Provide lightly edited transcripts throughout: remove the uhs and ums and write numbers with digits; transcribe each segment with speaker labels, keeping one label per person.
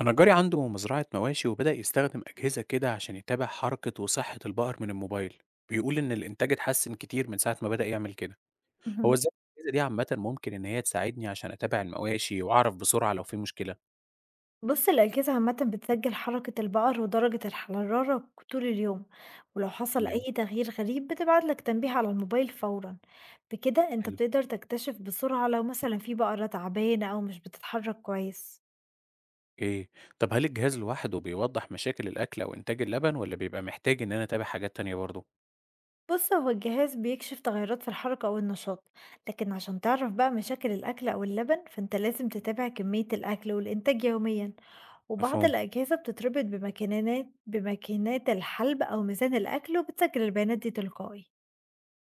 Speaker 1: أنا جاري عنده مزرعة مواشي وبدأ يستخدم أجهزة كده عشان يتابع حركة وصحة البقر من الموبايل. بيقول إن الإنتاج اتحسن كتير من ساعة ما بدأ يعمل كده. هو
Speaker 2: اهم.
Speaker 1: إزاي الأجهزة دي عامة ممكن إن هي تساعدني عشان أتابع المواشي وأعرف بسرعة لو في مشكلة؟
Speaker 2: بُص الأجهزة عامةً بتسجل حركة البقر ودرجة الحرارة طول اليوم، ولو حصل
Speaker 1: تمام.
Speaker 2: أي تغيير غريب بتبعت لك تنبيه على الموبايل فورًا، بكده أنت
Speaker 1: حلو.
Speaker 2: بتقدر تكتشف بسرعة لو مثلًا في بقرة تعبانة أو مش بتتحرك كويس.
Speaker 1: إيه؟ طب هل الجهاز لوحده بيوضح مشاكل الأكل أو إنتاج اللبن ولا بيبقى محتاج إن أنا أتابع حاجات تانية برضه؟
Speaker 2: بص هو الجهاز بيكشف تغيرات في الحركة أو النشاط، لكن عشان تعرف بقى مشاكل الأكل أو اللبن فأنت لازم تتابع كمية الأكل والإنتاج يوميا. وبعض
Speaker 1: مفهوم.
Speaker 2: الأجهزة بتتربط بماكينات الحلب أو ميزان الأكل وبتسجل البيانات دي تلقائي.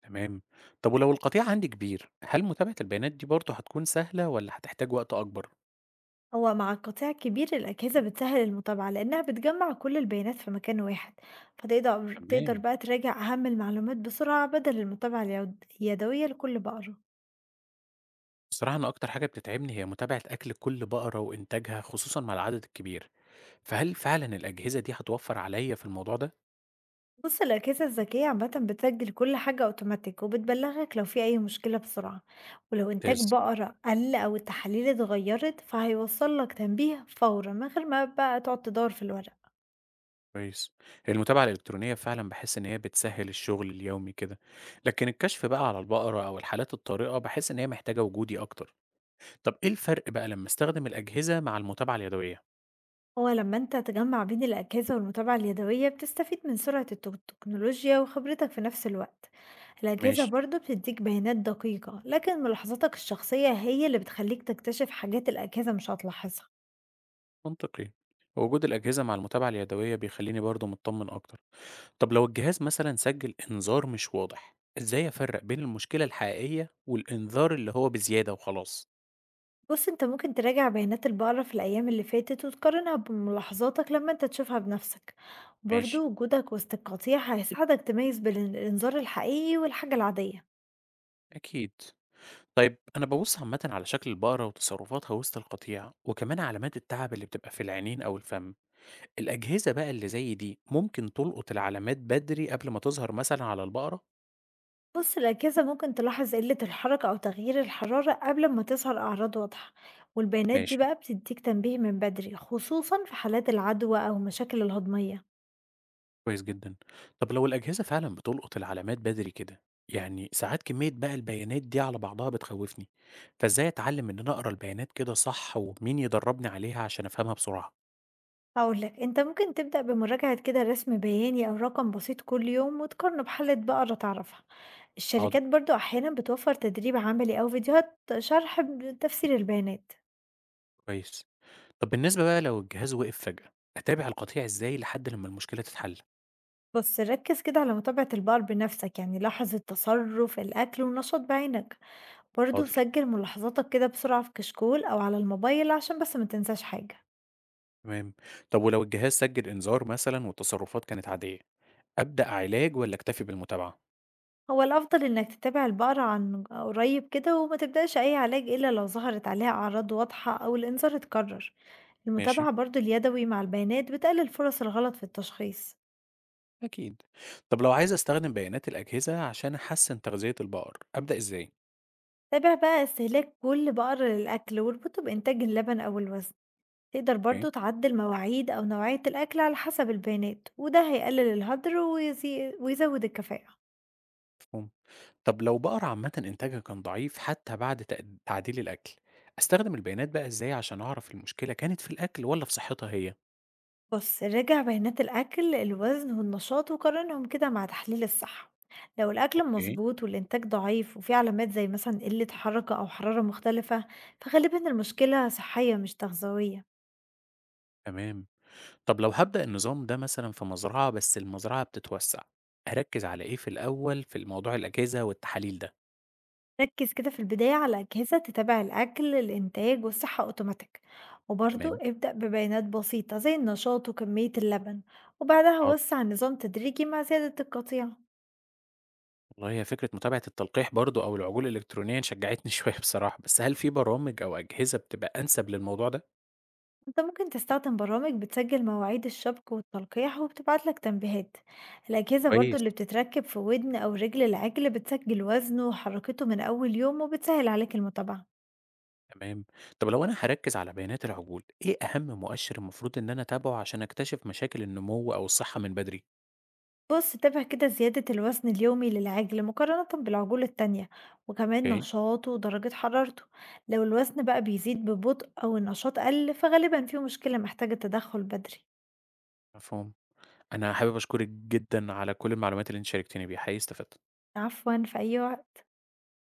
Speaker 1: تمام. طب ولو القطيع عندي كبير هل متابعة البيانات دي برضه هتكون سهلة ولا هتحتاج وقت أكبر؟
Speaker 2: هو مع القطاع الكبير الأجهزة بتسهل المتابعة لأنها بتجمع كل البيانات في مكان واحد، فتقدر
Speaker 1: تمام.
Speaker 2: بقى تراجع أهم المعلومات بسرعة بدل المتابعة اليدوية لكل بقرة.
Speaker 1: بصراحة أنا أكتر حاجة بتتعبني هي متابعة أكل كل بقرة وإنتاجها خصوصا مع العدد الكبير، فهل فعلا الأجهزة دي هتوفر عليا في الموضوع ده؟
Speaker 2: بص الأجهزة الذكية عامة بتسجل كل حاجة أوتوماتيك وبتبلغك لو في أي مشكلة بسرعة، ولو إنتاج
Speaker 1: ممتاز.
Speaker 2: بقرة قل أو التحاليل اتغيرت فهيوصل لك تنبيه فورا من غير ما بقى تقعد تدور في الورق.
Speaker 1: كويس. المتابعة الإلكترونية فعلا بحس إن هي بتسهل الشغل اليومي كده، لكن الكشف بقى على البقرة أو الحالات الطارئة بحس إن هي محتاجة وجودي أكتر، طب إيه الفرق بقى لما أستخدم الأجهزة مع المتابعة اليدوية؟
Speaker 2: هو لما انت تجمع بين الأجهزة والمتابعة اليدوية بتستفيد من سرعة التكنولوجيا وخبرتك في نفس الوقت. الأجهزة
Speaker 1: ماشي.
Speaker 2: برضو بتديك بيانات دقيقة لكن ملاحظاتك الشخصية هي اللي بتخليك تكتشف حاجات الأجهزة مش هتلاحظها.
Speaker 1: منطقي. وجود الأجهزة مع المتابعة اليدوية بيخليني برضه مطمن أكتر. طب لو الجهاز مثلا سجل إنذار مش واضح، إزاي أفرق بين المشكلة الحقيقية والإنذار اللي هو بزيادة وخلاص؟
Speaker 2: بُص، أنت ممكن تراجع بيانات البقرة في الأيام اللي فاتت وتقارنها بملاحظاتك لما أنت تشوفها بنفسك،
Speaker 1: ماشي،
Speaker 2: برضه وجودك وسط القطيع هيساعدك تميز بين الإنذار الحقيقي والحاجة العادية.
Speaker 1: أكيد. طيب أنا ببص عامة على شكل البقرة وتصرفاتها وسط القطيع، وكمان علامات التعب اللي بتبقى في العينين أو الفم. الأجهزة بقى اللي زي دي ممكن تلقط العلامات بدري قبل ما تظهر مثلا على البقرة؟
Speaker 2: بُص الأجهزة ممكن تلاحظ قلة الحركة أو تغيير الحرارة قبل ما تظهر أعراض واضحة، والبيانات دي
Speaker 1: ماشي.
Speaker 2: بقى بتديك تنبيه من بدري خصوصًا في حالات العدوى أو مشاكل الهضمية.
Speaker 1: كويس جدًا. طب لو الأجهزة فعلًا بتلقط العلامات بدري كده، يعني ساعات كمية بقى البيانات دي على بعضها بتخوّفني، فإزاي أتعلم إن أنا أقرا البيانات كده صح ومين يدربني عليها عشان أفهمها بسرعة؟
Speaker 2: هاقول لك أنت ممكن تبدأ بمراجعة كده رسم بياني أو رقم بسيط كل يوم وتقارنه بحالة بقرة تعرفها.
Speaker 1: حاضر،
Speaker 2: الشركات برضو أحيانا بتوفر تدريب عملي أو فيديوهات شرح بتفسير البيانات.
Speaker 1: كويس. طب بالنسبة بقى لو الجهاز وقف فجأة، أتابع القطيع إزاي لحد لمّا المشكلة تتحل؟
Speaker 2: بس ركز كده على متابعة البقر بنفسك، يعني لاحظ التصرف الأكل والنشاط بعينك. برضو
Speaker 1: حاضر،
Speaker 2: سجل ملاحظاتك كده بسرعة في كشكول أو على الموبايل عشان بس ما تنساش حاجة.
Speaker 1: تمام. طب ولو الجهاز سجّل إنذار مثلًا والتصرفات كانت عادية، أبدأ علاج والّا أكتفي بالمتابعة؟
Speaker 2: هو الأفضل إنك تتابع البقرة عن قريب كده وما تبدأش أي علاج إلا لو ظهرت عليها أعراض واضحة أو الإنذار اتكرر.
Speaker 1: ماشي،
Speaker 2: المتابعة برضو اليدوي مع البيانات بتقلل فرص الغلط في التشخيص.
Speaker 1: أكيد. طب لو عايز أستخدم بيانات الأجهزة عشان أحسّن تغذية البقر، أبدأ إزاي؟
Speaker 2: تابع بقى استهلاك كل بقر للأكل واربطه بإنتاج اللبن أو الوزن. تقدر برضو تعدل مواعيد أو نوعية الأكل على حسب البيانات وده هيقلل الهدر ويزود الكفاءة.
Speaker 1: مفهوم. طب لو بقر عامة إنتاجها كان ضعيف حتى بعد تعديل الأكل، أستخدم البيانات بقى إزاي عشان أعرف المشكلة كانت في الأكل ولا في صحتها هي؟
Speaker 2: بص راجع بيانات الأكل الوزن والنشاط وقارنهم كده مع تحليل الصحة. لو الأكل
Speaker 1: اوكي.
Speaker 2: مظبوط والإنتاج ضعيف وفي علامات زي مثلا قلة حركة أو حرارة مختلفة فغالبا المشكلة صحية مش تغذوية.
Speaker 1: تمام. طب لو هبدأ النظام ده مثلا في مزرعة بس المزرعة بتتوسع، أركز على إيه في الأول في الموضوع الأجهزة والتحاليل ده؟
Speaker 2: ركز كده في البداية على أجهزة تتابع الأكل الإنتاج والصحة أوتوماتيك، وبرضو
Speaker 1: تمام.
Speaker 2: ابدأ ببيانات بسيطة زي النشاط وكمية اللبن، وبعدها
Speaker 1: حاضر.
Speaker 2: وسع النظام تدريجي مع زيادة القطيع.
Speaker 1: والله هي فكرة متابعة التلقيح برضو أو العجول الإلكترونية شجعتني شوية بصراحة، بس هل في برامج أو أجهزة بتبقى أنسب للموضوع ده؟
Speaker 2: انت ممكن تستخدم برامج بتسجل مواعيد الشبك والتلقيح وبتبعت لك تنبيهات. الأجهزة برضو
Speaker 1: كويس.
Speaker 2: اللي بتتركب في ودن أو رجل العجل بتسجل وزنه وحركته من أول يوم وبتسهل عليك المتابعة.
Speaker 1: تمام. طب لو أنا هركز على بيانات العجول إيه أهم مؤشر المفروض إن أنا أتابعه عشان أكتشف مشاكل النمو أو الصحة من بدري؟
Speaker 2: بُص، تابع كده زيادة الوزن اليومي للعاجل مقارنة بالعجول التانية، وكمان
Speaker 1: أوكي.
Speaker 2: نشاطه ودرجة حرارته، لو الوزن بقى بيزيد ببطء أو النشاط قل فغالبا في مشكلة محتاجة تدخل بدري.
Speaker 1: مفهوم. أنا حابب أشكرك جدا على كل المعلومات اللي أنت شاركتني بيها حقيقي استفدت.
Speaker 2: عفوا في أي وقت.